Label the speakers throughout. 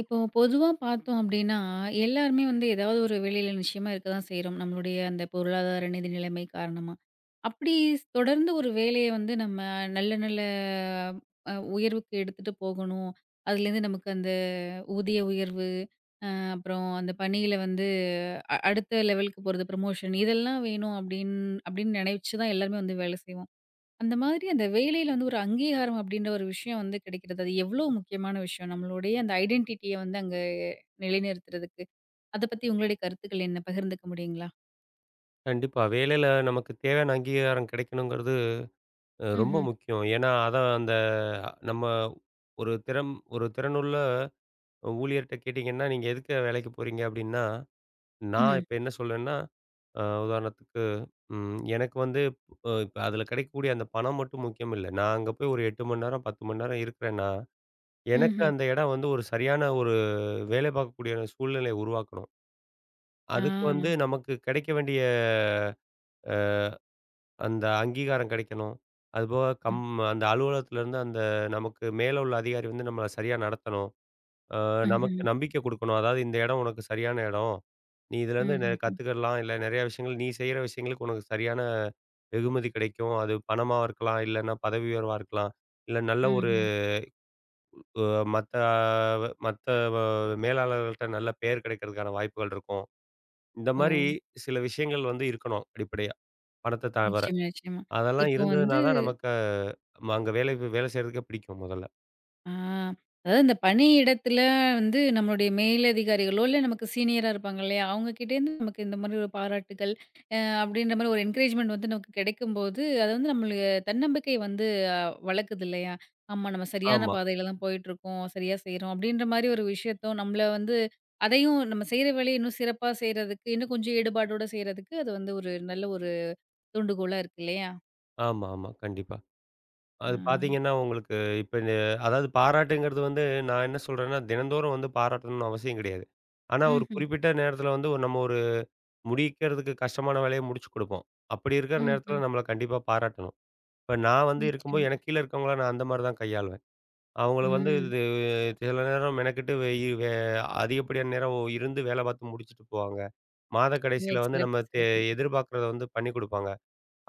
Speaker 1: இப்போ பொதுவா பார்த்தோம் அப்படின்னா, எல்லாருமே வந்து ஏதாவது ஒரு வெளியில நிச்சயமா இருக்க தான் செய்றோம். நம்மளுடைய அந்த பொருளாதார நிதி நிலைமை காரணமா. அப்படி தொடர்ந்து ஒரு வேலைய வந்து நம்ம நல்ல நல்ல உயர்வுக்கு எடுத்துட்டு போகணும். அதுலேருந்து நமக்கு அந்த ஊதிய உயர்வு, அப்புறம் அந்த பணியில வந்து அடுத்த லெவலுக்கு போறது, ப்ரமோஷன் இதெல்லாம் வேணும் அப்படின்னு அப்படின்னு நினைச்சு தான் எல்லாருமே வந்து வேலை செய்வோம். அந்த மாதிரி அந்த வேலையில வந்து ஒரு அங்கீகாரம் அப்படின்ற ஒரு விஷயம் வந்து கிடைக்கிறது. அது எவ்ளோ முக்கியமான விஷயம்? நம்மளுடைய அந்த ஐடென்டிட்டிய வந்து அங்க நிலைநிறுத்துறதுக்கு. அத பத்தி உங்களுடைய கருத்துக்கள் என்ன? பகிர்ந்துக்க முடியுங்களா?
Speaker 2: கண்டிப்பா. வேலையில நமக்கு தேவையான அங்கீகாரம் கிடைக்கணுங்கிறது ரொம்ப
Speaker 1: ம்ஹ்ம்.
Speaker 2: முக்கியம். ஏன்னா, அதான் அந்த நம்ம ஒரு திறனுள்ள ஊழியர்ட்ட கேட்டீங்கன்னா, "நீங்க எதுக்கு வேலைக்கு போறீங்க?" அப்படீன்னா, நான்
Speaker 1: ம்ஹ்ம்.
Speaker 2: இப்ப என்ன சொல்லுவேன்னா, உதாரணத்துக்கு எனக்கு வந்து இப்ப அதில கிடைக்கக்கூடிய அந்த பணம் மட்டும் முக்கியம் இல்ல. நான் அங்க போய் ஒரு 8 மணி நேரம், 10 மணி நேரம் இருக்கிறேன்னா, எனக்கு
Speaker 1: ம்ஹ்ம்.
Speaker 2: அந்த இடம் வந்து ஒரு சரியான ஒரு வேலை பார்க்கக்கூடிய சூழ்நிலைய உருவாக்கணும்.
Speaker 1: ஆ.
Speaker 2: அதுக்கு வந்து நமக்கு கிடைக்க வேண்டிய அந்த அங்கீகாரம் கிடைக்கணும். அதுபோக
Speaker 1: ம்.
Speaker 2: அந்த அலுவலகத்திலேருந்து அந்த நமக்கு மேல உள்ள அதிகாரி வந்து நம்மள சரியா நடத்தணும். அ நமக்கு
Speaker 1: ம்ஹ்ம்.
Speaker 2: நம்பிக்கை குடுக்கணும். அதாவது இந்த இடம் உனக்கு சரியான இடம். நீ இதுலேருந்து
Speaker 1: ம்ஹ்ஹ்ம்.
Speaker 2: கத்துக்கிடலாம். இல்ல நெறைய விஷயங்கள் நீ செய்ற விஷயங்களுக்கு உனக்கு சரியான வெகுமதி கிடைக்கும். அது பணமா இருக்கலாம். இல்லன்னா பதவி உயர்வா இருக்கலாம். இல்ல நல்ல ஒரு
Speaker 1: ம்ஹ்ம்.
Speaker 2: அ மத்த மத்த அ மேலாளர்கள்ட்ட நல்ல பெயர் கிடைக்கிறதுக்கான வாய்ப்புகள் இருக்கும். இந்த
Speaker 1: ஓ!
Speaker 2: மாரி சில விஷயங்கள் வந்து இருக்கணும் அடிப்படையா. பணத்த தவர.
Speaker 1: நிச்சயமா, நிச்சயமா.
Speaker 2: அதெல்லாம்
Speaker 1: இப்போ
Speaker 2: இருந்ததுனா
Speaker 1: வந்து
Speaker 2: தான் நமக்கு அங்க வேலை வேலை செய்றதுக்கே பிடிக்கும் முதல்ல.
Speaker 1: ஆ. அதாவது இந்த பணியிடத்தில வந்து நம்மளுடைய மேலதிகாரிகளோ, இல்ல நமக்கு சீனியரா இருப்பாங்க இல்லையா? அவங்ககிட்டேருந்து நமக்கு இந்த மாரி ஒரு பாராட்டுகள், அ அப்படின்ற மாரி ஒரு என்கரேஜ்மெண்ட் வந்து நமக்கு கிடைக்கும்போது, அது வந்து நம்மளுக்கு தன்னம்பிக்கை வந்து அ வளக்குது இல்லையா? ஆமா நம்ம சரியான
Speaker 2: ஆமா,
Speaker 1: பாதையில தான் போயிட்டுருக்கோம். சரியா செய்றோம். அப்படின்ற மாரி ஒரு விஷயத்த நம்மள வந்து அதையும் நம்ம செய்ற வேலைய இன்னும் சிறப்பா செய்றதுக்கு, இன்னும் கொஞ்சம் ஈடுபாடோட செய்றதுக்கு அது வந்து ஒரு நல்ல ஒரு தூண்டுகோலா இருக்கு இல்லையா?
Speaker 2: ஆமா, ஆமா. கண்டிப்பா.
Speaker 1: ஆ.
Speaker 2: அது பார்த்தீங்கன்னா, உங்களுக்கு இப்ப இந்த அதாவது பாராட்டுங்கிறது வந்து நான் என்ன சொல்றேன்னா, தினந்தோறும் வந்து பாராட்டணும்னு அவசியம் கிடையாது. ஆனா, ஒரு
Speaker 1: ம்ஹ்ம்.
Speaker 2: குறிப்பிட்ட நேரத்தில வந்து நம்ம ஒரு முடிக்கிறதுக்கு கஷ்டமான வேலைய முடிச்சு குடுப்போம். அப்படி இருக்கிற நேரத்தில
Speaker 1: ம்ஹ்ம்.
Speaker 2: நம்மள கண்டிப்பா பாராட்டணும். இப்ப நான் வந்து இருக்கும்போது
Speaker 1: நிச்சயமா.
Speaker 2: எனக்கு கீழ இருக்கவங்கள நான் அந்த மாரி தான் கையாளுவேன். அவங்கள வந்து
Speaker 1: ம்.
Speaker 2: இது சில நேரம் மெனக்கெட்டு வே வே அதிகப்படியான நேரம் இருந்து வேலை பார்த்து முடிச்சுட்டு போவாங்க. மாத
Speaker 1: ஓ!
Speaker 2: கடைசியில வந்து நம்ம
Speaker 1: சிறப்பு, சிறப்பு.
Speaker 2: எதிர்பார்க்கிறத வந்து பண்ணி குடுப்பாங்க.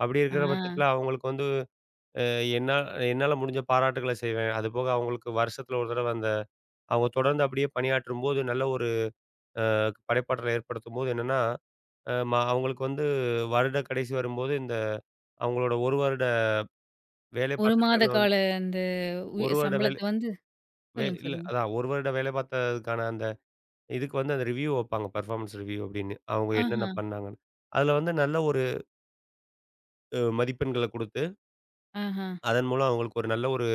Speaker 2: அப்படி
Speaker 1: ஆ.
Speaker 2: இருக்கிற பட்சத்தில அவங்களுக்கு வந்து அ என்னா என்னால முடிஞ்ச பாராட்டுக்கள செய்வேன். அதுபோக அவங்களுக்கு வருஷத்துல ஒரு தடவ அந்த அவங்க தொடர்ந்து அப்படியே பணியாற்றும்போது நல்ல ஒரு படைப்பாற்றல ஏற்படுத்தும்போது என்னன்னா, அ ம அவங்களுக்கு வந்து வருட கடைசி வரும்போது இந்த அவங்களோட 1 வருட வேலை
Speaker 1: 1
Speaker 2: பார்த்த
Speaker 1: மாத
Speaker 2: திறன வந்து
Speaker 1: கால அந்த
Speaker 2: 1
Speaker 1: உய
Speaker 2: வருட வேலை
Speaker 1: சம்பளத்த வந்து சொல்லுங்க,
Speaker 2: இல்ல
Speaker 1: சொல்லுங்க.
Speaker 2: அதான் 1 வருட வேலை பார்த்ததுக்கான அந்த இதுக்கு வந்து அந்த ரிவ்யூ வப்பாங்க. பெர்ஃபார்மன்ஸ் ரிவ்யூ அப்படின்னு. அவங்க என்னென்ன
Speaker 1: ஆஹா,
Speaker 2: பண்ணாங்கன்னு. அதுல வந்து நல்ல ஒரு மதிப்பெண்கள குடுத்து,
Speaker 1: ஆஹா.
Speaker 2: அதன் மூலம் அவங்களுக்கு ஒரு நல்ல ஒரு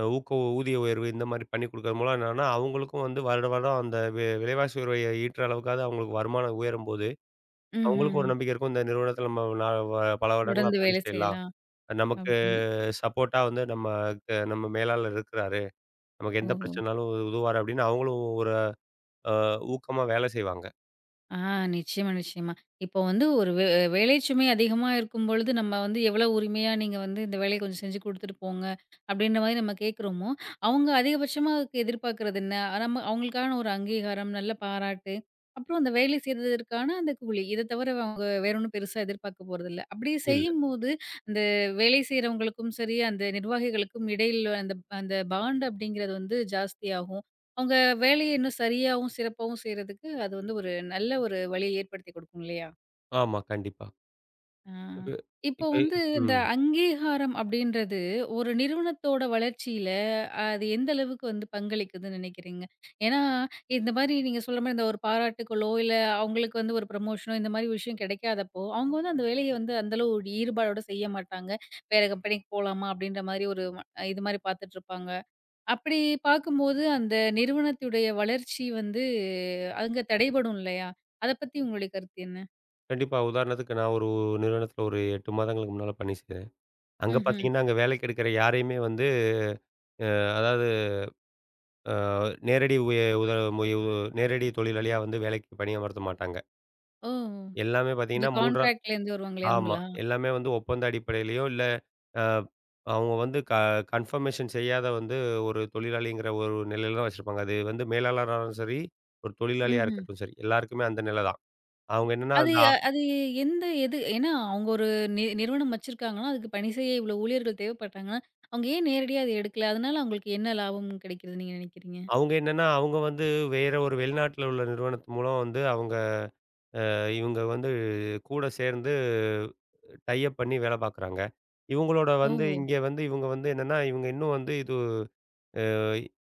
Speaker 2: அ ஊக்க ஊதிய உயர்வு இந்த மாரி பண்ணி குடுக்கறது மூலம் என்னன்னா, அவங்களுக்கும் வந்து வருட வருடம் அந்த விலைவாசி உயர்வை ஈற்ற அளவுக்காவது அவங்களுக்கு வருமானம் உயரும்போது, அவங்களுக்கும் ஒரு
Speaker 1: ம்ஹ்ம்.
Speaker 2: நம்பிக்கை இருக்கும். இந்த நிறுவனத்தில நம்ம நா வ பல வருடங்களா
Speaker 1: தொடர்ந்து
Speaker 2: பணி
Speaker 1: வேலை
Speaker 2: செய்யலாம்.
Speaker 1: செய்யலாம்
Speaker 2: நமக்கு
Speaker 1: அப்படின்னு.
Speaker 2: சப்போர்ட்டா வந்து நம்ம நம்ம மேலாளர் இருக்கிறாரு. நமக்கு எந்த
Speaker 1: ஓஹோ!
Speaker 2: பிரச்சனைனாலும் உதவுவாரு அப்படின்னு அவங்களும் ஒரு அ ஊக்கமா வேலை செய்வாங்க.
Speaker 1: ஆ நிச்சயமா, நிச்சயமா. இப்போ வந்து ஒரு வேலை சுமை அதிகமா இருக்கும்பொழுது, நம்ம வந்து எவ்வளோ உரிமையா நீங்க வந்து இந்த வேலைய கொஞ்சம் செஞ்சு குடுத்துட்டு போங்க, அப்படின்ற மாரி நம்ம கேட்குறோமோ, அவங்க அதிகபட்சமா அதுக்கு எதிர்பார்க்கிறது என்ன? அ, நம்ம அவங்களுக்கான ஒரு அங்கீகாரம், நல்ல பாராட்டு, அப்புறம் அந்த வேலை செய்ததற்கான அந்த கூலி. இத தவிர அவங்க வேற ஒண்ணும் பெருசா எதிர்பார்க்க போறதில்ல. அப்படி
Speaker 2: இல்ல.
Speaker 1: செய்யும்போது, அந்த வேலை செய்றவங்களுக்கும் சரி, அந்த நிர்வாகிகளுக்கும் இடையில அந்த அந்த பாண்ட் அப்படிங்கிறது வந்து ஜாஸ்தியாகும். அவங்க வேலைய இன்னும் சரியாவும், சிறப்பாவும் செய்றதுக்கு அது வந்து ஒரு நல்ல ஒரு வழிய ஏற்படுத்தி குடுக்கும் இல்லையா?
Speaker 2: ஆமா, கண்டிப்பா.
Speaker 1: ஆ.
Speaker 2: இப்ப
Speaker 1: இப்போ
Speaker 2: இப்ப
Speaker 1: வந்து இந்த
Speaker 2: ம்.
Speaker 1: அங்கீகாரம் அப்படின்றது ஒரு நிறுவனத்தோட வளர்ச்சியில அது எந்த அளவுக்கு வந்து பங்களிக்குதுன்னு நினைக்கிறீங்க? ஏன்னா, இந்த மாரி நீங்க சொல்ற மாரி இந்த ஒரு பாராட்டுக்களோ, இல்ல அவங்களுக்கு வந்து ஒரு ப்ரமோஷனோ இந்த மாரி விஷயம் கிடைக்காதப்போ, அவங்க வந்து அந்த வேலைய வந்து அந்த அளவு ஒரு ஈடுபாடோட செய்ய மாட்டாங்க. வேற கம்பெனிக்கு போலாமா அப்படின்ற மாரி ஒரு இது மாரி பார்த்துட்டுருப்பாங்க. அப்படி பார்க்கும்போது, அந்த நிறுவனத்துடைய வளர்ச்சி வந்து அங்க தடைபடும் இல்லையா? அத பத்தி உங்களுடைய கருத்து என்ன?
Speaker 2: கண்டிப்பா. உதாரணத்துக்கு நான் ஒரு நிறுவனத்தில ஒரு 8 மாதங்களுக்கு முன்னால பணி செய்தேன். அங்க
Speaker 1: ம்ஹ்ம்.
Speaker 2: பார்த்தீங்கன்னா, அங்க வேலைக்கு எடுக்கிற யாரையுமே வந்து அதாவது அ நேரடி உய உத முய நேரடி தொழிலாளியா வந்து வேலைக்கு பணியமர்த்த மாட்டாங்க.
Speaker 1: ஓ!
Speaker 2: எல்லாமே
Speaker 1: இந்த
Speaker 2: பார்த்தீங்கன்னா, 3
Speaker 1: கான்ட்ராக்ட்லேருந்து வருவாங்களே
Speaker 2: ஆமா.
Speaker 1: அவங்களா?
Speaker 2: எல்லாமே வந்து ஒப்பந்த அடிப்படையிலயோ, இல்ல அ அவங்க வந்து கன்ஃபர்மேஷன் செய்யாத வந்து ஒரு தொழிலாளிங்கிற ஒரு நிலையில தான் வச்சிருப்பாங்க. அது வந்து மேலாளராலும் சரி, ஒரு தொழிலாளியா
Speaker 1: ம்ஹ்ம்.
Speaker 2: இருக்கட்டும் சரி, எல்லாருக்குமே அந்த நிலை தான். அவங்க என்னன்னா,
Speaker 1: அது
Speaker 2: அந்த
Speaker 1: அது எது ஏன்னா அவங்க ஒரு நிறுவனம் வச்சிருக்காங்கன்னா, அதுக்கு பணி செய்ய இவ்வளோ ஊழியர்கள் தேவைப்பட்டாங்கன்னா, அவங்க ஏன் நேரடியா அத எடுக்கல? அதனால அவங்களுக்கு என்ன லாபம் கிடைக்குதுன்னு நீங்க நினைக்கிறீங்க?
Speaker 2: அவங்க என்னன்னா, அவங்க வந்து வேற ஒரு வெளிநாட்டில உள்ள நிறுவனத்து மூலம் வந்து அவங்க இவங்க வந்து கூட சேர்ந்து டை அப் பண்ணி வேலை பார்க்குறாங்க. இவங்களோட வந்து
Speaker 1: ஓஹோ!
Speaker 2: இங்க வந்து இவங்க வந்து என்னன்னா, இவங்க இன்னும் வந்து இது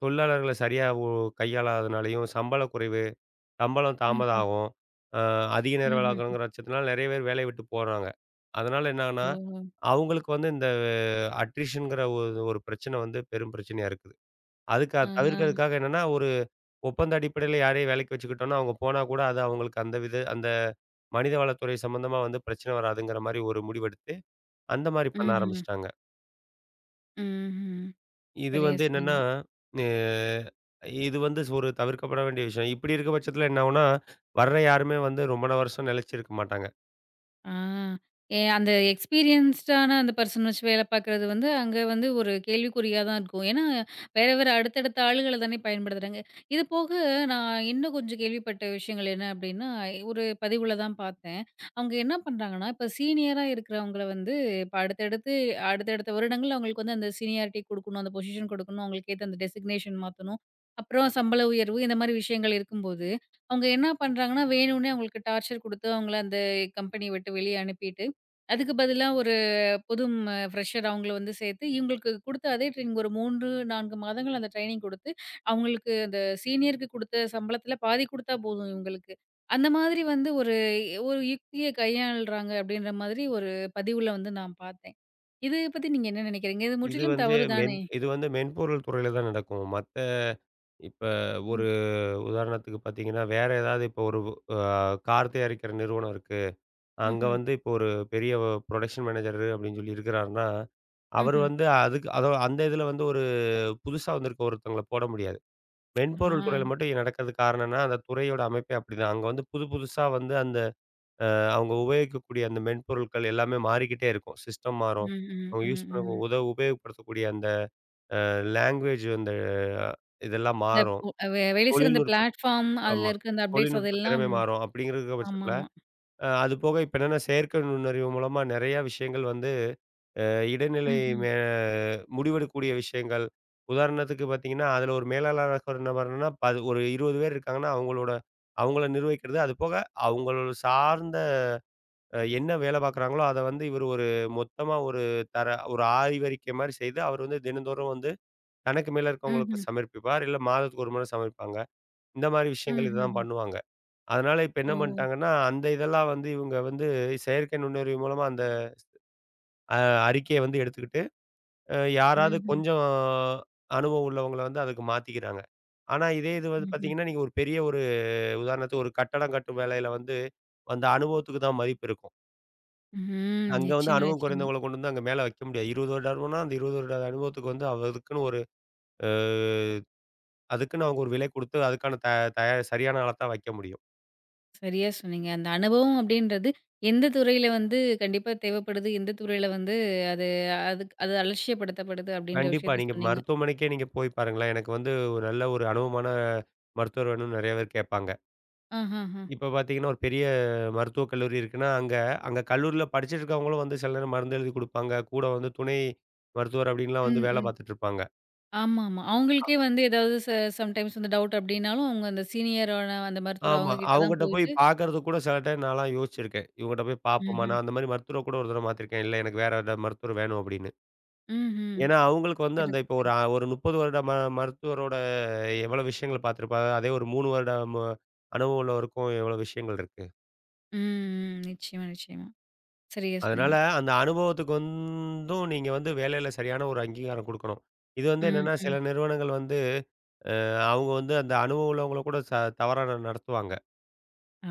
Speaker 2: தொழிலாளர்கள சரியா கையாளாதனாலயும், சம்பள குறைவு, சம்பளம் தாமதம்
Speaker 1: ம்ஹ்ம்.
Speaker 2: ஆகும். அ அதிக நேரம் வேலை
Speaker 1: ம்ஹ்ம்.
Speaker 2: பார்க்கணுங்கிற பட்சத்தினால நெறைய பேர் வேலைய விட்டு போறாங்க. அதனால என்னாகுன்னா,
Speaker 1: ஓஹோ!
Speaker 2: அவங்களுக்கு வந்து இந்த அட்ரிஷன்ங்கிற ஒரு ஒரு பிரச்சனை வந்து பெரும் பிரச்சனையா இருக்குது. அதுக்கு
Speaker 1: ஆ, ஆ.
Speaker 2: தவிர்க்கிறதுக்காக என்னன்னா, ஒரு ஒப்பந்த அடிப்படையில யாரையும் வேலைக்கு வச்சுக்கிட்டோம்னா, அவங்க போனா கூட அது அவங்களுக்கு அந்த வித அந்த மனிதவளத்துறை சம்மந்தமா வந்து பிரச்சனை வராதுங்கிற மாரி ஒரு முடிவெடுத்து, அந்த மாரி பண்ண
Speaker 1: ம்ஹ்ம்.
Speaker 2: ஆரம்பிச்சுட்டாங்க.
Speaker 1: ம்ஹ்ம்.
Speaker 2: இது
Speaker 1: சரியா
Speaker 2: வந்து என்னன்னா,
Speaker 1: சொன்னீங்க.
Speaker 2: அ இது வந்து ஒரு தவிர்க்கப்பட வேண்டிய விஷயம். இப்படி இருக்க பட்சத்தில என்ன ஆகும்னா, வர்ற யாருமே வந்து ரொம்ப வருஷம் நிலைச்சிருக்க மாட்டாங்க.
Speaker 1: ஆ. ஏ அந்த எக்ஸ்பீரியன்ஸ்டான அந்த பெர்சன் வச்சு வேலை பார்க்குறது வந்து, அங்க வந்து ஒரு கேள்விக்குறியா தான் இருக்கும். ஏன்னா, வேற வேற அடுத்தடுத்த ஆளுகள தானே பயன்படுத்துறாங்க. இது போக நான் இன்னும் கொஞ்சம் கேள்விப்பட்ட விஷயங்கள் என்ன அப்டின்னா, ஒரு பதிவுல தான் பார்த்தேன். அவங்க என்ன பண்றாங்கன்னா, இப்ப சீனியரா இருக்கிறவங்கள வந்து இப்ப அடுத்தடுத்து அடுத்தடுத்த வருடங்கள்ல அவங்களுக்கு வந்து அந்த சீனியாரிட்டி குடுக்கணும், அந்த பொசிஷன் குடுக்கணும், அவங்களுக்கு ஏத்த அந்த டெசிக்னேஷன் மாத்தணும். அப்புறம் சம்பள உயர்வு இந்த மாரி விஷயங்கள் இருக்கும்போது, அவங்க என்ன பண்றாங்கன்னா, வேணும்னே அவங்களுக்கு டார்ச்சர் குடுத்து, அவங்கள அந்த கம்பெனி விட்டு வெளிய அனுப்பிட்டு, அதுக்கு பதிலா ஒரு புது ஃப்ரெஷர் அவங்கள வந்து சேர்த்து, இவங்களுக்கு குடுத்த அதே ட்ரெய்னிங் ஒரு 3, 4 மாதங்கள் அந்த ட்ரெய்னிங் குடுத்து, அவங்களுக்கு அந்த சீனியருக்கு குடுத்த சம்பளத்தில பாதி குடுத்தா போதும் இவங்களுக்கு. அந்த மாதிரி வந்து ஒரு ஒரு யுக்திய கையாள்றாங்க அப்படின்ற மாதிரி ஒரு பதிவுல வந்து நான் பார்த்தேன். இத பத்தி நீங்க என்ன நினைக்கிறீங்க? இது முற்றிலும் தவறு தானே?
Speaker 2: இது வந்து மென்பொருள் துறையில தான் நடக்கும். இப்ப ஒரு
Speaker 1: ம்.
Speaker 2: உதாரணத்துக்கு பார்த்தீங்கன்னா, வேற ஏதாவது இப்போ ஒரு அ கார் தயாரிக்கிற நிறுவனம் இருக்கு. அங்க
Speaker 1: ம்ஹ்ம்.
Speaker 2: வந்து இப்போ ஒரு பெரிய புரொடக்ஷன் மேனேஜர் அப்படின்னு சொல்லி இருக்கிறாருன்னா, அவரு
Speaker 1: ம்ஹ்ம்.
Speaker 2: வந்து அதுக்கு அதோ அந்த இதுல வந்து ஒரு புதுசா வந்திருக்க ஒருத்தவங்கள போட முடியாது. மென்பொருள்
Speaker 1: ஆ.
Speaker 2: துறையில மட்டும் இது நடக்கிறதுக்கு காரணம்னா, அந்த துறையோட அமைப்பே அப்படிதான். அங்க வந்து புதுசா வந்து அந்த அ அவங்க உபயோகிக்கக்கூடிய அந்த மென்பொருட்கள் எல்லாமே மாறிக்கிட்டே இருக்கும். சிஸ்டம்
Speaker 1: ம்,
Speaker 2: மாறும்.
Speaker 1: ம்,
Speaker 2: அவங்க யூஸ்
Speaker 1: ம்,
Speaker 2: பண்ண
Speaker 1: ம்.
Speaker 2: உபயோகப்படுத்தக்கூடிய அந்த லாங்குவேஜ் அந்த அஹ், இதெல்லாம்
Speaker 1: இந்த
Speaker 2: மாறும்.
Speaker 1: ஒ வெ வெளி சிறந்த
Speaker 2: தொழில்நுட்ப
Speaker 1: பிளாட்ஃபார்ம் அதுல
Speaker 2: ஆமா.
Speaker 1: இருக்க அந்த அப்டேட்ஸ்
Speaker 2: தொழில்நுட்ப
Speaker 1: அதெல்லாம்
Speaker 2: திறமை மாறும். அப்படிங்கிற பட்சத்துல,
Speaker 1: ஆமாமா.
Speaker 2: அது போக இப்ப என்னன்னா செயற்கை நுண்ணறிவு மூலமா நெறைய விஷயங்கள் வந்து அ இடைநிலை
Speaker 1: ம்ஹ்ம்.
Speaker 2: மே முடிவெடுக்கக்கூடிய விஷயங்கள். உதாரணத்துக்கு பார்த்தீங்கன்னா, அதில ஒரு மேலாளராக என்ன பண்ணணும்னா, ஒரு 20 பேர் இருக்காங்கன்னா, அவங்கள நிர்வகிக்கிறது. அது போக அவங்கள சார்ந்த என்ன வேலை பார்க்குறாங்களோ, அத வந்து இவரு ஒரு மொத்தமா ஒரு தர ஒரு ஆய்வறிக்கை மாரி செய்து, அவர் வந்து தினந்தோறும் வந்து தனக்கு மேல இருக்கவங்களுக்கு
Speaker 1: ம்ஹ்ம்.
Speaker 2: சமர்ப்பிப்பார். இல்ல மாதத்துக்கு ஒரு முறை சமர்ப்பாங்க. இந்த மாரி விஷயங்கள் இதுதான்
Speaker 1: ம்ஹ்ஹ்ம்.
Speaker 2: பண்ணுவாங்க. அதனால இப்ப
Speaker 1: ஓ!
Speaker 2: என்ன பண்ணிட்டாங்கன்னா, அந்த இதெல்லாம் வந்து இவங்க வந்து செயற்கை நுண்ணறிவு மூலமா அந்த அ அறிக்கைய வந்து எடுத்துக்கிட்டு யாராவது
Speaker 1: ம்ஹ்ம்.
Speaker 2: கொஞ்சம் அனுபவம் உள்ளவங்கள வந்து அதுக்கு மாத்திக்கிறாங்க. ஆனா, இதே இது வந்து
Speaker 1: ம்ஹ்ம்.
Speaker 2: பார்த்தீங்கன்னா, நீங்க ஒரு பெரிய ஒரு உதாரணத்துக்கு ஒரு கட்டடம் கட்டும் வேலையில வந்து அந்த அனுபவத்துக்கு தான் மதிப்பு இருக்கும்.
Speaker 1: ம்.
Speaker 2: அங்க வந்து
Speaker 1: நிச்சயமா,
Speaker 2: அனுபவம்
Speaker 1: நிச்சயமா.
Speaker 2: குறைந்தவங்கள கொண்டு வந்து அங்க மேல வைக்க முடியாது. 20 வருடம்னா அந்த 20 வருட அனுபவத்துக்கு வந்து அதுக்குன்னு ஒரு அ அதுக்குன்னு அவங்க ஒரு விலை குடுத்து அதுக்கான தயார் சரியான ஆள தான் வைக்க முடியும்.
Speaker 1: சரியா சொன்னீங்க. அந்த அனுபவம் அப்படின்றது எந்த துறையில வந்து கண்டிப்பா தேவைப்படுது, எந்த துறையில வந்து அது அதுக்கு அது அலட்சியப்படுத்தப்படுது அப்படின்ற
Speaker 2: கண்டிப்பா.
Speaker 1: விஷயத்த
Speaker 2: நீங்க
Speaker 1: சொன்னீங்க.
Speaker 2: மருத்துவமனைக்கே நீங்க போய் பாருங்களேன். எனக்கு வந்து ஒரு நல்ல ஒரு அனுபவமான மருத்துவர் வேணும்னு நெறைய பேர் கேட்பாங்க.
Speaker 1: ஆஹஹ.
Speaker 2: இப்ப பார்த்தீங்கன்னா, ஒரு பெரிய மருத்துவக் கல்லூரி இருக்குன்னா, அங்க அங்க கல்லூரியில படிச்சுட்டு இருக்கவங்களும் வந்து சில நேரம் மருந்து எழுதி குடுப்பாங்க. கூட வந்து துணை மருத்துவர் அப்டின்லாம் வந்து
Speaker 1: ம்,
Speaker 2: வேல
Speaker 1: ம்.
Speaker 2: பார்த்துட்டு இருப்பாங்க.
Speaker 1: ஆமாமா. அவங்களுக்கே வந்து ஏதாவது சம்டைம்ஸ் வந்து டவுட் அப்படின்னாலும், அவங்க அந்த சீனியரான அந்த மருத்துவர்
Speaker 2: ஆமா.
Speaker 1: அவங்க கிட்ட தான்
Speaker 2: அவங்கட்ட போய்
Speaker 1: போயிட்டு
Speaker 2: பார்க்கறதுக்கு கூட சில டைம் நான்லாம் யோசிச்சிருக்கேன். இவங்கட்ட போய் பார்ப்போமா?
Speaker 1: ம்ஹ்ம்.
Speaker 2: நான் அந்த மாரி மருத்துவர கூட ஒரு தடவ மாத்திருக்கேன். இல்ல எனக்கு வேற ஏதாவது மருத்துவர் வேணும் அப்டின்னு.
Speaker 1: ம்ஹ்ம்.
Speaker 2: ஏன்னா, அவங்களுக்கு வந்து அந்த
Speaker 1: சிறப்பு,
Speaker 2: இப்போ ஒரு
Speaker 1: சிறப்பு.
Speaker 2: ஒரு 30 வருட மருத்துவரோட எவ்வளோ விஷயங்கள் பார்த்துருப்பாங்க. அதே ஒரு 3 வருட அனுபவம் உள்ளவருக்கும் எவ்வளோ விஷயங்கள் இருக்கு.
Speaker 1: ம், ம். நிச்சயமா, நிச்சயமா. சரியா
Speaker 2: அதனால
Speaker 1: சொன்னீங்க.
Speaker 2: அந்த அனுபவத்துக்கு வந்தும் நீங்க வந்து வேலையில சரியான ஒரு அங்கீகாரம் குடுக்கணும். இது வந்து
Speaker 1: ம்,
Speaker 2: என்னன்னா, சில
Speaker 1: ம்.
Speaker 2: நிறுவனங்கள் வந்து அவங்க வந்து அந்த அனுபவம் உள்ளவங்கள கூட தவறா நடத்துவாங்க.
Speaker 1: ஆ.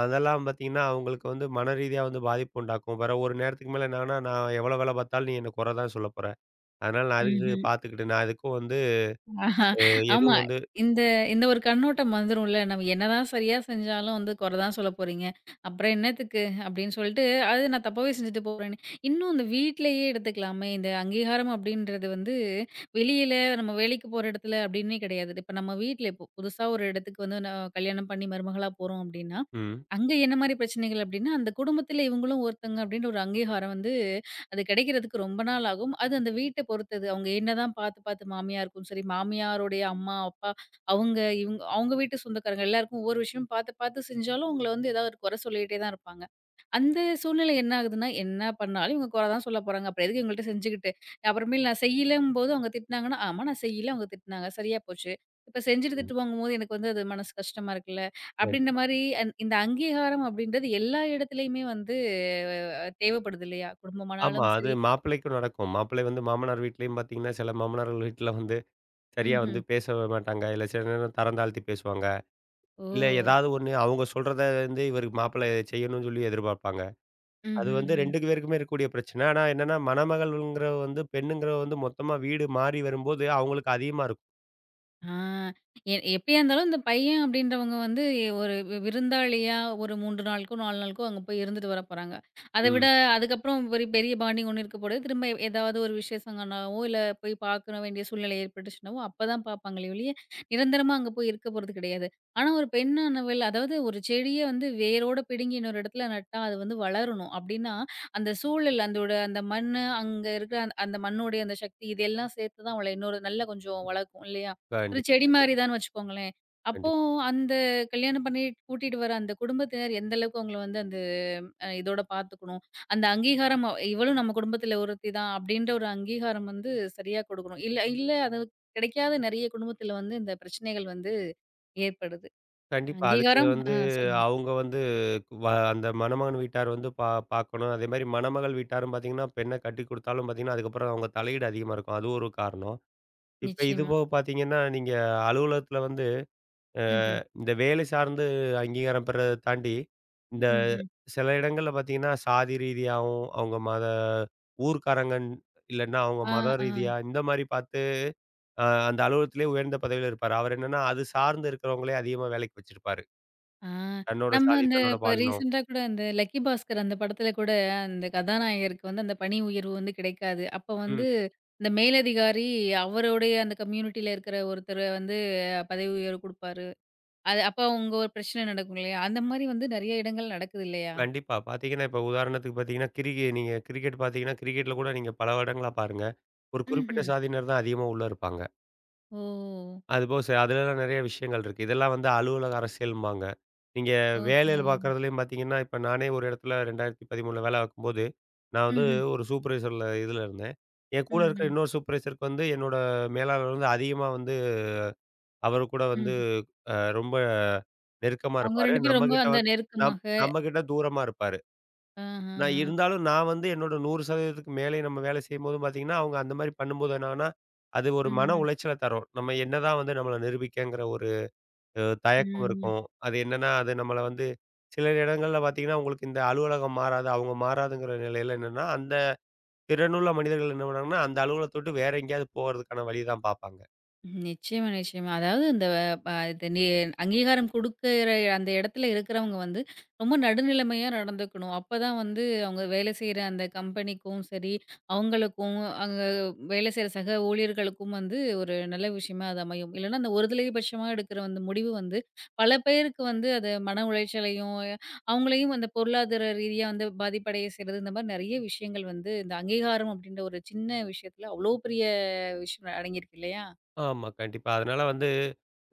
Speaker 2: அதெல்லாம் பார்த்தீங்கன்னா, அவங்களுக்கு வந்து மனரீதியா வந்து பாதிப்பு உண்டாக்கும். வேற ஒரு நேரத்துக்கு மேல என்னாகும்னா, "நான் எவ்வளோ வேலை பார்த்தாலும் நீ என்ன குறை தான் சொல்ல போற. அதனால நான் அதுக்கு
Speaker 1: ம்ஹ்ம்.
Speaker 2: பார்த்துக்கிட்டு நான் எதுக்கும் வந்து
Speaker 1: ஆஹா.
Speaker 2: அ எதுவும்
Speaker 1: ஆமா.
Speaker 2: வந்து."
Speaker 1: இந்த இந்த ஒரு கண்ணோட்டம் வந்துரும்ல. நம்ம என்னதான் சரியா செஞ்சாலும் வந்து குறை தான் சொல்லப் போறீங்க. அப்புறம் என்னத்துக்கு அப்படின்னு சொல்லிட்டு, அது நான் தப்பாவே செஞ்சுட்டு போறேன்னு. இன்னும் இந்த வீட்லயே எடுத்துக்கலாமே. இந்த அங்கீகாரம் அப்படின்றது வந்து வெளியில நம்ம வேலைக்கு போற இடத்துல அப்படின்னே கிடையாது. இப்ப நம்ம வீட்ல இப்போ புதுசா ஒரு இடத்துக்கு வந்து நான் கல்யாணம் பண்ணி மருமகளா போறோம் அப்படின்னா,
Speaker 2: ம்.
Speaker 1: அங்க என்ன மாரி பிரச்சனைகள் அப்படின்னா, அந்த குடும்பத்துல இவங்களும் ஒருத்தங்க அப்படின்ற ஒரு அங்கீகாரம் வந்து அது கிடைக்கிறதுக்கு ரொம்ப நாள் ஆகும். அது அந்த வீட்ட பொறுத்தது. அவங்க என்னதான் பார்த்து பார்த்து மாமியாருக்கும் சரி, மாமியாருடைய அம்மா, அப்பா அவங்க, இவங்க அவங்க வீட்டு சொந்தக்காரங்க எல்லாருக்கும் ஒவ்வொரு விஷயம் பார்த்து பார்த்து செஞ்சாலும், உங்கள வந்து ஏதாவது ஒரு குறை சொல்லிட்டே தான் இருப்பாங்க. அந்த சூழ்நிலை என்ன ஆகுதுன்னா, என்ன பண்ணாலும் இவங்க குறை தான் சொல்ல போறாங்க. அப்புறம் எதுக்கு இவங்கள்ட்ட செஞ்சுக்கிட்டு? அப்புறமேல் நான் செய்யலங்கும்போது அவங்க திட்டினாங்கன்னா, ஆமா நான் செய்யல, அவங்க திட்டினாங்க. சரியா போச்சு. இப்ப செஞ்சுட்டு
Speaker 2: ம்.
Speaker 1: திட்டு வாங்கும்போது எனக்கு வந்து அது மனசு கஷ்டமா இருக்குல்ல. அப்படின்ற
Speaker 2: கண்டிப்பா.
Speaker 1: மாரி இந்த அங்கீகாரம் அப்படின்றது எல்லா இடத்துலயுமே வந்து தேவைப்படுது இல்லையா?
Speaker 2: ஆமா.
Speaker 1: குடும்பமானாலும்
Speaker 2: அது
Speaker 1: சரி
Speaker 2: மாப்பிள்ளைக்கும் நடக்கும். மாப்பிள்ளை வந்து மாமனார் வீட்லயும் பார்த்தீங்கன்னா, சில மாமனார்கள் வீட்ல வந்து சரியா வந்து
Speaker 1: ம்ஹ்ம்.
Speaker 2: பேசவே மாட்டாங்க. இல்ல சில நேரம் தரம் தாழ்த்தி பேசுவாங்க.
Speaker 1: ஓ!
Speaker 2: இல்ல ஏதாவது ஒண்ணு அவங்க சொல்றத வந்து இவரு மாப்பிள்ளை செய்யணும்னு சொல்லி எதிர்பார்ப்பாங்க. அது வந்து
Speaker 1: ம்ஹ்ம்.
Speaker 2: 2 பேருக்குமே இருக்கக்கூடிய பிரச்சனை. ஆனா என்னன்னா, மணமகள்ங்கிறவ வந்து பெண்ணுங்கிறவ வந்து மொத்தமா வீடு மாறி வரும்போது அவங்களுக்கு அதிகமா இருக்கும்.
Speaker 1: ஆ. எப்படியா இருந்தாலும் இந்த பையன் அப்படின்றவங்க வந்து ஒரு விருந்தாளியா ஒரு 3 நாளுக்கோ, 4 நாளுக்கோ அங்க போய் இருந்துட்டு வர போறாங்க. அத விட
Speaker 2: ம்.
Speaker 1: அதுக்கப்புறம் ஒரு பெரிய பாண்டிங் ஒண்ணு இருக்க போது திரும்ப ஏதாவது ஒரு விசேஷங்கனாவோ, இல்ல போய் பார்க்க வேண்டிய சூழ்நிலை ஏற்பட்டுச்சுனாவோ, அப்பதான் பார்ப்பாங்களே ஒழிய, நிரந்தரமா அங்க போய் இருக்க போறது கிடையாது. ஆனா ஒரு பெண்ணானவள் அதாவது ஒரு செடிய வந்து வேரோட பிடுங்கி இன்னொரு இடத்துல நட்டா அது வந்து வளரணும் அப்படின்னா, அந்த சூழல் அந்தோட அந்த மண்ணு, அங்க இருக்கிற அந்த அந்த மண்ணுடைய அந்த சக்தி இதெல்லாம் சேர்த்து தான் அவள இன்னொரு நல்ல கொஞ்சம் வளர்க்கும் இல்லையா? ஒரு
Speaker 2: கண்டிப்பா,
Speaker 1: செடி மாரி தான்னு வச்சுக்கோங்களேன். அப்போ
Speaker 2: கண்டிப்பா.
Speaker 1: அந்த கல்யாணம் பண்ணி கூட்டிட்டு வர அந்த குடும்பத்தினர் எந்த அளவுக்கு அவங்கள வந்து அந்த இதோட பார்த்துக்கணும். அந்த அங்கீகாரம் இவளும் நம்ம குடும்பத்தில ஒருத்தி தான் அப்டின்ற ஒரு அங்கீகாரம் வந்து சரியா குடுக்கணும். இல்ல இல்ல அது கிடைக்காத நெறைய குடும்பத்தில வந்து இந்த பிரச்சனைகள் வந்து ஏற்படுது.
Speaker 2: கண்டிப்பா. அதுக்கு
Speaker 1: அங்கீகாரம் ஆ
Speaker 2: வந்து
Speaker 1: சொல்லுங்க.
Speaker 2: அவங்க வந்து வ அந்த மணமகன் வீட்டார் வந்து பார்க்கணும். அதேமாரி மணமகள் வீட்டாரும் பார்த்தீங்கன்னா, பெண்ண கட்டிக் குடுத்தாலும் பார்த்தீங்கன்னா, அதுக்கப்புறம் அவங்க தலையீடு அதிகமா இருக்கும். அது ஒரு காரணம். இப்ப இது
Speaker 1: நிச்சயமா.
Speaker 2: போக பார்த்தீங்கன்னா, நீங்க அலுவலகத்தில வந்து அ
Speaker 1: ம்ஹ்ம்.
Speaker 2: இந்த வேலை சார்ந்து அங்கீகாரம் பெறத தாண்டி, இந்த
Speaker 1: ம்ஹ்ம்.
Speaker 2: சில இடங்கள்ல பார்த்தீங்கன்னா, சாதி ரீதியாவும், அவங்க மத ஊர்க்காரங்கன் இல்லன்னா அவங்க
Speaker 1: ஆ,
Speaker 2: மத
Speaker 1: ஆ.
Speaker 2: ரீதியா இந்த மாரி பார்த்து அந்த அலுவலகத்திலே உயர்ந்த பதவியில இருப்பாரு. அவரு என்னன்னா, அது சார்ந்து இருக்கிறவங்களே அதிகமா வேலைக்கு வச்சிருப்பாரு.
Speaker 1: ஆ.
Speaker 2: தன்னோட
Speaker 1: நம்ம
Speaker 2: சாதி,
Speaker 1: அந்த
Speaker 2: தன்னோட
Speaker 1: இப்ப
Speaker 2: பாலினம்.
Speaker 1: ரீசென்ட்டா கூட அந்த 'லக்கி பாஸ்கர்' அந்த படத்துல கூட அந்த கதாநாயகருக்கு வந்து அந்த பணி உயர்வு வந்து கிடைக்காது. அப்ப
Speaker 2: ம்.
Speaker 1: வந்து இந்த மேலதிகாரி அவருடைய அந்த கம்யூனிட்டில இருக்கிற ஒருத்தர வந்து பதவி உயர்வு குடுப்பாரு. அது அப்ப அங்க ஒரு பிரச்சனை நடக்கும் இல்லையா? அந்த மாரி வந்து நெறைய இடங்கள் நடக்குது இல்லையா?
Speaker 2: கண்டிப்பா. பார்த்தீங்கன்னா, இப்ப உதாரணத்துக்கு பார்த்தீங்கன்னா, நீங்க கிரிக்கெட் பார்த்தீங்கன்னா, கிரிக்கெட்ல கூட நீங்க பல வருடங்களா பாருங்க. ஒரு குறிப்பிட்ட
Speaker 1: ம்ஹ்ம்.
Speaker 2: சாதியினர் தான் அதிகமா உள்ள இருப்பாங்க.
Speaker 1: ஓ!
Speaker 2: அதுபோக அதுலலாம் நெறைய விஷயங்கள் இருக்கு. இதெல்லாம் வந்து அலுவலக அரசியல்ம்பாங்க. நீங்க
Speaker 1: ஓஹோ!
Speaker 2: வேலையில பார்க்குறதுலயும் பார்த்தீங்கன்னா, இப்ப நானே ஒரு இடத்துல 2013ல வேலை பார்க்கும்போது, நான் வந்து
Speaker 1: ம்ஹ்ம்.
Speaker 2: ஒரு சூப்பர்வைசர்ல இதுல இருந்தேன். என் கூட இருக்கிற
Speaker 1: ம்ஹ்ம்.
Speaker 2: இன்னொரு சூப்பர்வைசருக்கு வந்து என்னோட மேலாளர் வந்து அதிகமா வந்து அவரு கூட வந்து
Speaker 1: ம்ஹ்ம்.
Speaker 2: ரொம்ப நெருக்கமா
Speaker 1: அவங்க
Speaker 2: இருப்பாரு.
Speaker 1: 2 பேரும் ரொம்ப
Speaker 2: நம்மகிட்ட
Speaker 1: அந்த
Speaker 2: வந்து நம்
Speaker 1: நெருக்கமாக.
Speaker 2: நம்மகிட்ட தூரமா இருப்பாரு. நான்
Speaker 1: ஆஹஹ.
Speaker 2: இருந்தாலும் நான் வந்து என்னோட 100% மேலேயும் நம்ம வேலை செய்யும்போது பார்த்தீங்கன்னா, அவங்க அந்த மாரி பண்ணும்போது என்னாகும்னா, அது ஒரு மன
Speaker 1: ம்ஹ்ம்.
Speaker 2: உளைச்சல தரும். நம்ம என்னதான் வந்து நம்மள நிரூபிக்கங்கிற ஒரு தயக்கம்
Speaker 1: ம்.
Speaker 2: இருக்கும். அது என்னன்னா, அது நம்மள வந்து சில இடங்கள்ல பார்த்தீங்கன்னா, உங்களுக்கு இந்த அலுவலகம் மாறாது, அவங்க மாறாதுங்கிற நிலையில என்னன்னா, அந்த திறனுள்ள மனிதர்கள் என்ன பண்ணுவாங்கன்னா, அந்த அலுவலகத்த விட்டு வேற எங்கேயாவது போறதுக்கான வழி தான் பார்ப்பாங்க.
Speaker 1: நிச்சயமா, நிச்சயமா. அதாவது இந்த ப இது நி அங்கீகாரம் குடுக்குற அந்த இடத்துல இருக்கிறவங்க வந்து, ரொம்ப நடுநிலைமையா நடந்துக்கணும். அப்பதான் வந்து அவங்க வேலை செய்ற அந்த கம்பெனிக்கும் சரி, அவங்களுக்கும் அங்க வேலை செய்ற சக ஊழியர்களுக்கும் வந்து ஒரு நல்ல விஷயமா அது அமையும். இல்லன்னா, அந்த ஒருதலைபட்சமா எடுக்கிற அந்த முடிவு வந்து, பல பேருக்கு வந்து அது மன உளைச்சலையும், அவங்களையும் அந்த பொருளாதார ரீதியா வந்து பாதிப்படைய செய்றது. இந்த மாரி நெறைய விஷயங்கள் வந்து இந்த அங்கீகாரம் அப்படின்ற ஒரு சின்ன விஷயத்துல அவ்ளோ பெரிய விஷயம் அடங்கியிருக்கு இல்லையா?
Speaker 2: ஆமா, கண்டிப்பா. அதனால வந்து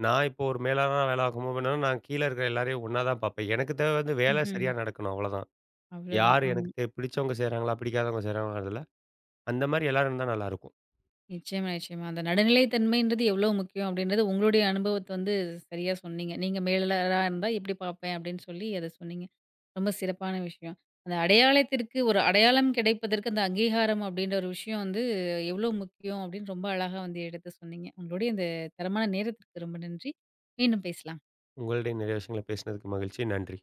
Speaker 2: நான் இப்போ ஒரு மேலாளரா வேலை பார்க்கும்போது என்னன்னா, நான் கீழ இருக்கிற எல்லாரையும் ஒண்ணா தான் பார்ப்பேன். எனக்கு தேவை வந்து வேலை
Speaker 1: ம்ஹ்ம்.
Speaker 2: சரியா நடக்கணும் அவ்வளதான்.
Speaker 1: அவ்வளதான்.
Speaker 2: யார்
Speaker 1: ஆமா.
Speaker 2: எனக்கு பிடிச்சவங்க செய்றாங்களா, பிடிக்காதவங்க செய்றாங்களாங்கிறதில்ல. அந்த மாரி எல்லாரும் இருந்தா நல்லாயிருக்கும்.
Speaker 1: நிச்சயமா, நிச்சயமா. அந்த நடுநிலை தன்மைன்றது எவ்ளோ முக்கியம் அப்படின்றது உங்களுடைய அனுபவத்த வந்து சரியா சொன்னீங்க. நீங்க மேலாளரா இருந்தா எப்படி பார்ப்பேன் அப்படின்னு சொல்லி அத சொன்னீங்க. ரொம்ப சிறப்பான விஷயம். அந்த அடையாளத்திற்கு ஒரு அடையாளம் கிடைப்பதற்கு அந்த அங்கீகாரம் அப்படின்ற ஒரு விஷயம் வந்து எவ்ளோ முக்கியம் அப்படின்னு ரொம்ப அழகா வந்து எடுத்து சொன்னீங்க. உங்களுடைய இந்த தரமான நேரத்திற்கு ரொம்ப நன்றி. மீண்டும் பேசலாம்.
Speaker 2: உங்களிடையே நிறைய விஷயங்கள பேசினதுக்கு மகிழ்ச்சி. நன்றி.